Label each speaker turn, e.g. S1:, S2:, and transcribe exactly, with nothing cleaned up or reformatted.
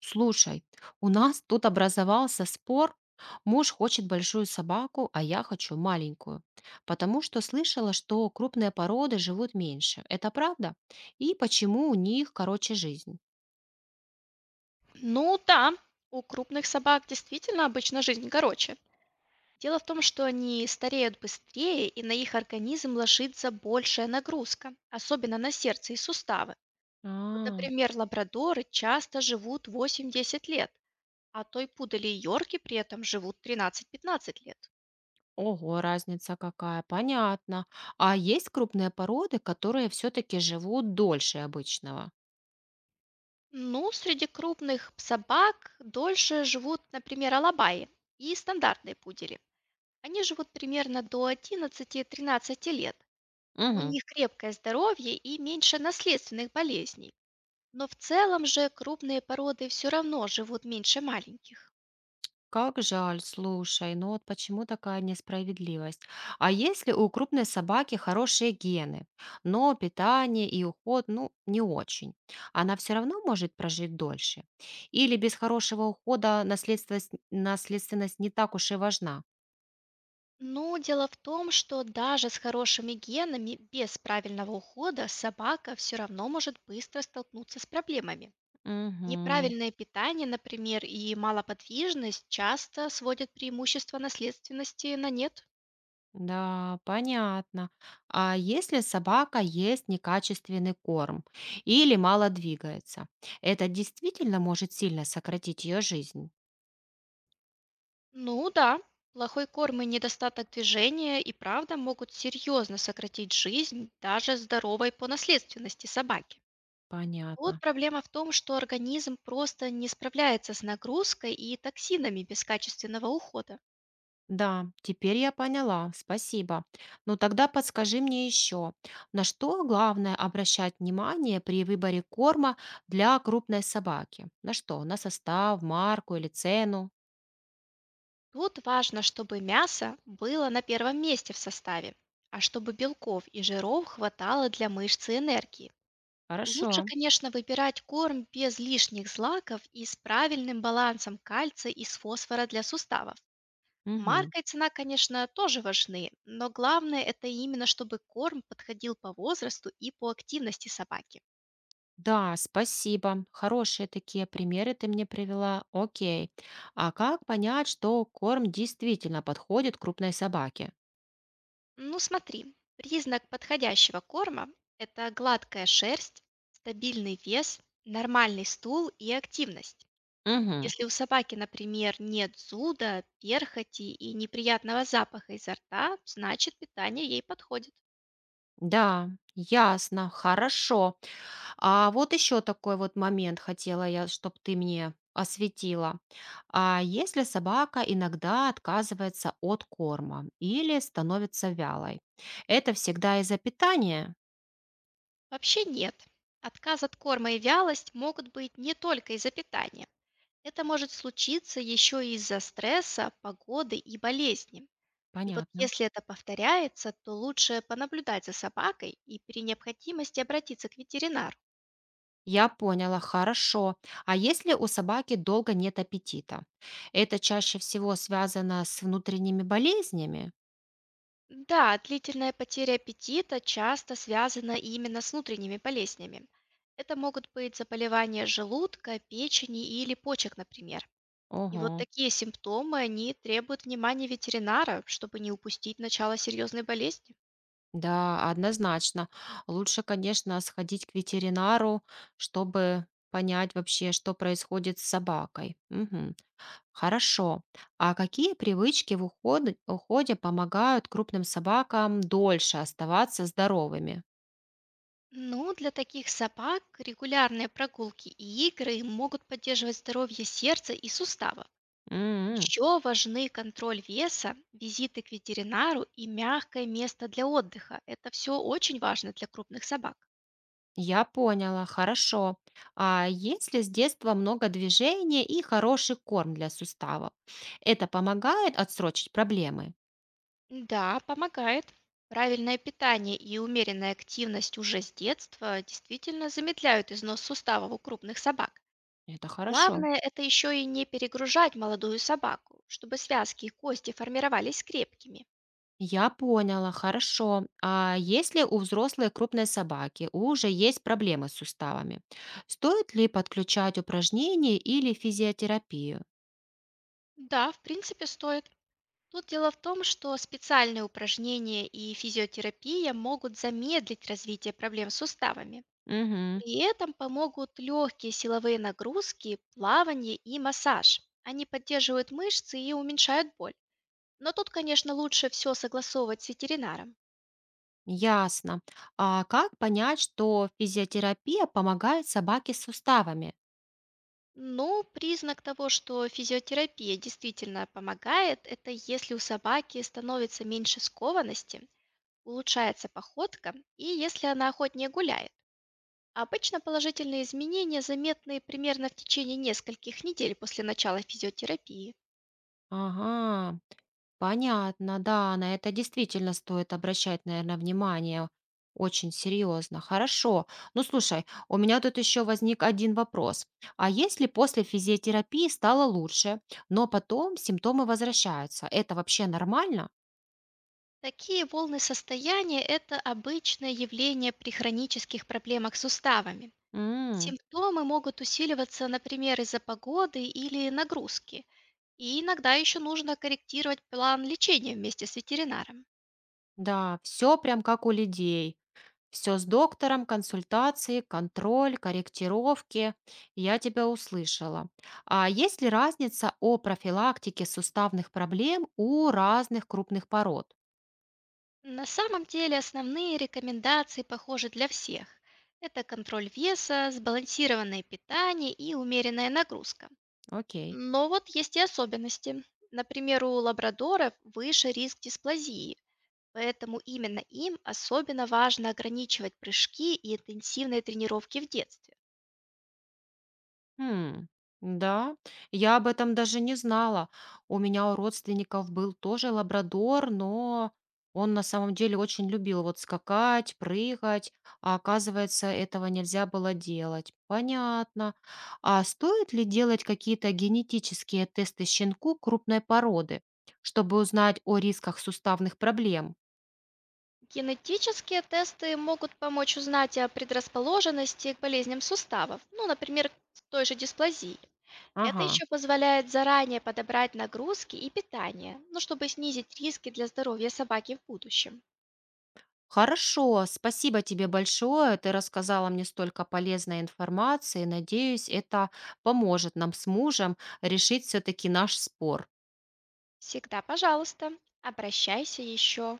S1: Слушай, у нас тут образовался спор. Муж хочет большую собаку, а я хочу маленькую. Потому что слышала, что крупные породы живут меньше. Это правда? И почему у них короче жизнь?
S2: Ну да, у крупных собак действительно обычно жизнь короче. Дело в том, что они стареют быстрее, и на их организм ложится большая нагрузка, особенно на сердце и суставы. Вот,
S1: А,
S2: например, лабрадоры часто живут восемь десять лет, а той пудели и йорки при этом живут тринадцать пятнадцать лет.
S1: ого, разница какая. Понятно. А есть крупные породы, которые все-таки живут дольше обычного?
S2: Ну, среди крупных собак дольше живут, например, алабаи и стандартные пудели. Они живут примерно до от одиннадцати до тринадцати лет. У
S1: Мгм.
S2: них крепкое здоровье и меньше наследственных болезней. Но в целом же крупные породы все равно живут меньше маленьких.
S1: Как жаль, слушай, ну вот почему такая несправедливость? А если у крупной собаки хорошие гены, но питание и уход, ну, не очень, она все равно может прожить дольше? Или без хорошего ухода наследственность, наследственность не так уж и важна?
S2: Но дело в том, что даже с хорошими генами, без правильного ухода, собака все равно может быстро столкнуться с проблемами.
S1: Угу.
S2: Неправильное питание, например, и малоподвижность часто сводят преимущество наследственности на нет.
S1: Да, понятно. А если собака ест некачественный корм или мало двигается, это действительно может сильно сократить ее жизнь?
S2: Ну да, плохой корм и недостаток движения и правда могут серьезно сократить жизнь даже здоровой по наследственности собаки. Вот
S1: Понятно.
S2: проблема в том, что организм просто не справляется с нагрузкой и токсинами без качественного ухода.
S1: Да, теперь я поняла, спасибо. Но тогда подскажи мне еще, на что главное обращать внимание при выборе корма для крупной собаки? На что? На состав, марку или цену?
S2: Тут важно, чтобы мясо было на первом месте в составе, а чтобы белков и жиров хватало для мышц и энергии. Лучше,
S1: Хорошо.
S2: конечно, выбирать корм без лишних злаков и с правильным балансом кальция и с фосфора для суставов.
S1: Мгм.
S2: Марка и цена, конечно, тоже важны, но главное это именно, чтобы корм подходил по возрасту и по активности собаки.
S1: Да, спасибо. Хорошие такие примеры ты мне привела. Окей. А как понять, что корм действительно подходит крупной собаке?
S2: Ну смотри, признак подходящего корма — это гладкая шерсть, стабильный вес, нормальный стул и активность.
S1: Мгм.
S2: Если у собаки, например, нет зуда, перхоти и неприятного запаха изо рта, значит питание ей подходит.
S1: Да, ясно, хорошо. А вот еще такой вот момент хотела я, чтобы ты мне осветила. А если собака иногда отказывается от корма или становится вялой, это всегда из-за питания?
S2: Вообще нет. Отказ от корма и вялость могут быть не только из-за питания. Это может случиться еще из-за стресса, погоды и болезни. И вот
S1: Понятно.
S2: если это повторяется, то лучше понаблюдать за собакой и при необходимости обратиться к ветеринару.
S1: Я поняла, хорошо. А если у собаки долго нет аппетита? Это чаще всего связано с внутренними болезнями?
S2: Да, длительная потеря аппетита часто связана именно с внутренними болезнями. Это могут быть заболевания желудка, печени или почек, например. И вот
S1: Ого.
S2: такие симптомы, они требуют внимания ветеринара, чтобы не упустить начало серьезной болезни.
S1: Да, однозначно. Лучше, конечно, сходить к ветеринару, чтобы понять вообще, что происходит с собакой. Мгм. Хорошо. А какие привычки в уходе, уходе помогают крупным собакам дольше оставаться здоровыми?
S2: Ну, для таких собак регулярные прогулки и игры могут поддерживать здоровье сердца и суставов.
S1: М.
S2: Еще важны контроль веса, визиты к ветеринару и мягкое место для отдыха. Это все очень важно для крупных собак.
S1: Я поняла, хорошо. А если с детства много движения и хороший корм для суставов, это помогает отсрочить проблемы?
S2: Да, помогает. Правильное питание и умеренная активность уже с детства действительно замедляют износ суставов у крупных собак.
S1: Это хорошо.
S2: Главное, это еще и не перегружать молодую собаку, чтобы связки и кости формировались крепкими.
S1: Я поняла, хорошо. А если у взрослой крупной собаки уже есть проблемы с суставами, стоит ли подключать упражнения или физиотерапию?
S2: Да, в принципе, стоит. Тут дело в том, что специальные упражнения и физиотерапия могут замедлить развитие проблем с суставами.
S1: Угу,
S2: При этом помогут легкие силовые нагрузки, плавание и массаж. Они поддерживают мышцы и уменьшают боль. Но тут, конечно, лучше все согласовывать с ветеринаром.
S1: ясно. А как понять, что физиотерапия помогает собаке с суставами?
S2: Ну, признак того, что физиотерапия действительно помогает, это если у собаки становится меньше скованности, улучшается походка и если она охотнее гуляет. Обычно положительные изменения заметны примерно в течение нескольких недель после начала физиотерапии.
S1: Ага. Понятно, да, на это действительно стоит обращать, наверное, внимание очень серьезно. Хорошо. Ну, слушай, у меня тут еще возник один вопрос. А если после физиотерапии стало лучше, но потом симптомы возвращаются, это вообще нормально?
S2: Такие волны состояния — это обычное явление при хронических проблемах с суставами.
S1: М,
S2: Симптомы могут усиливаться, например, из-за погоды или нагрузки. И иногда еще нужно корректировать план лечения вместе с ветеринаром.
S1: да, все прям как у людей. Все с доктором, консультации, контроль, корректировки. Я тебя услышала. А есть ли разница о профилактике суставных проблем у разных крупных пород?
S2: На самом деле основные рекомендации похожи для всех. Это контроль веса, сбалансированное питание и умеренная нагрузка.
S1: Окей.
S2: Но вот есть и особенности. Например, у лабрадоров выше риск дисплазии, поэтому именно им особенно важно ограничивать прыжки и интенсивные тренировки в детстве.
S1: М, да, я об этом даже не знала. У меня у родственников был тоже лабрадор, но он на самом деле очень любил вот скакать, прыгать, а оказывается, этого нельзя было делать. Понятно. А стоит ли делать какие-то генетические тесты щенку крупной породы, чтобы узнать о рисках суставных проблем?
S2: Генетические тесты могут помочь узнать о предрасположенности к болезням суставов, ну, например, к той же дисплазии. Это
S1: Ага.
S2: еще позволяет заранее подобрать нагрузки и питание, ну, чтобы снизить риски для здоровья собаки в будущем.
S1: Хорошо, спасибо тебе большое. Ты рассказала мне столько полезной информации. Надеюсь, это поможет нам с мужем решить все-таки наш спор.
S2: Всегда, пожалуйста, обращайся еще.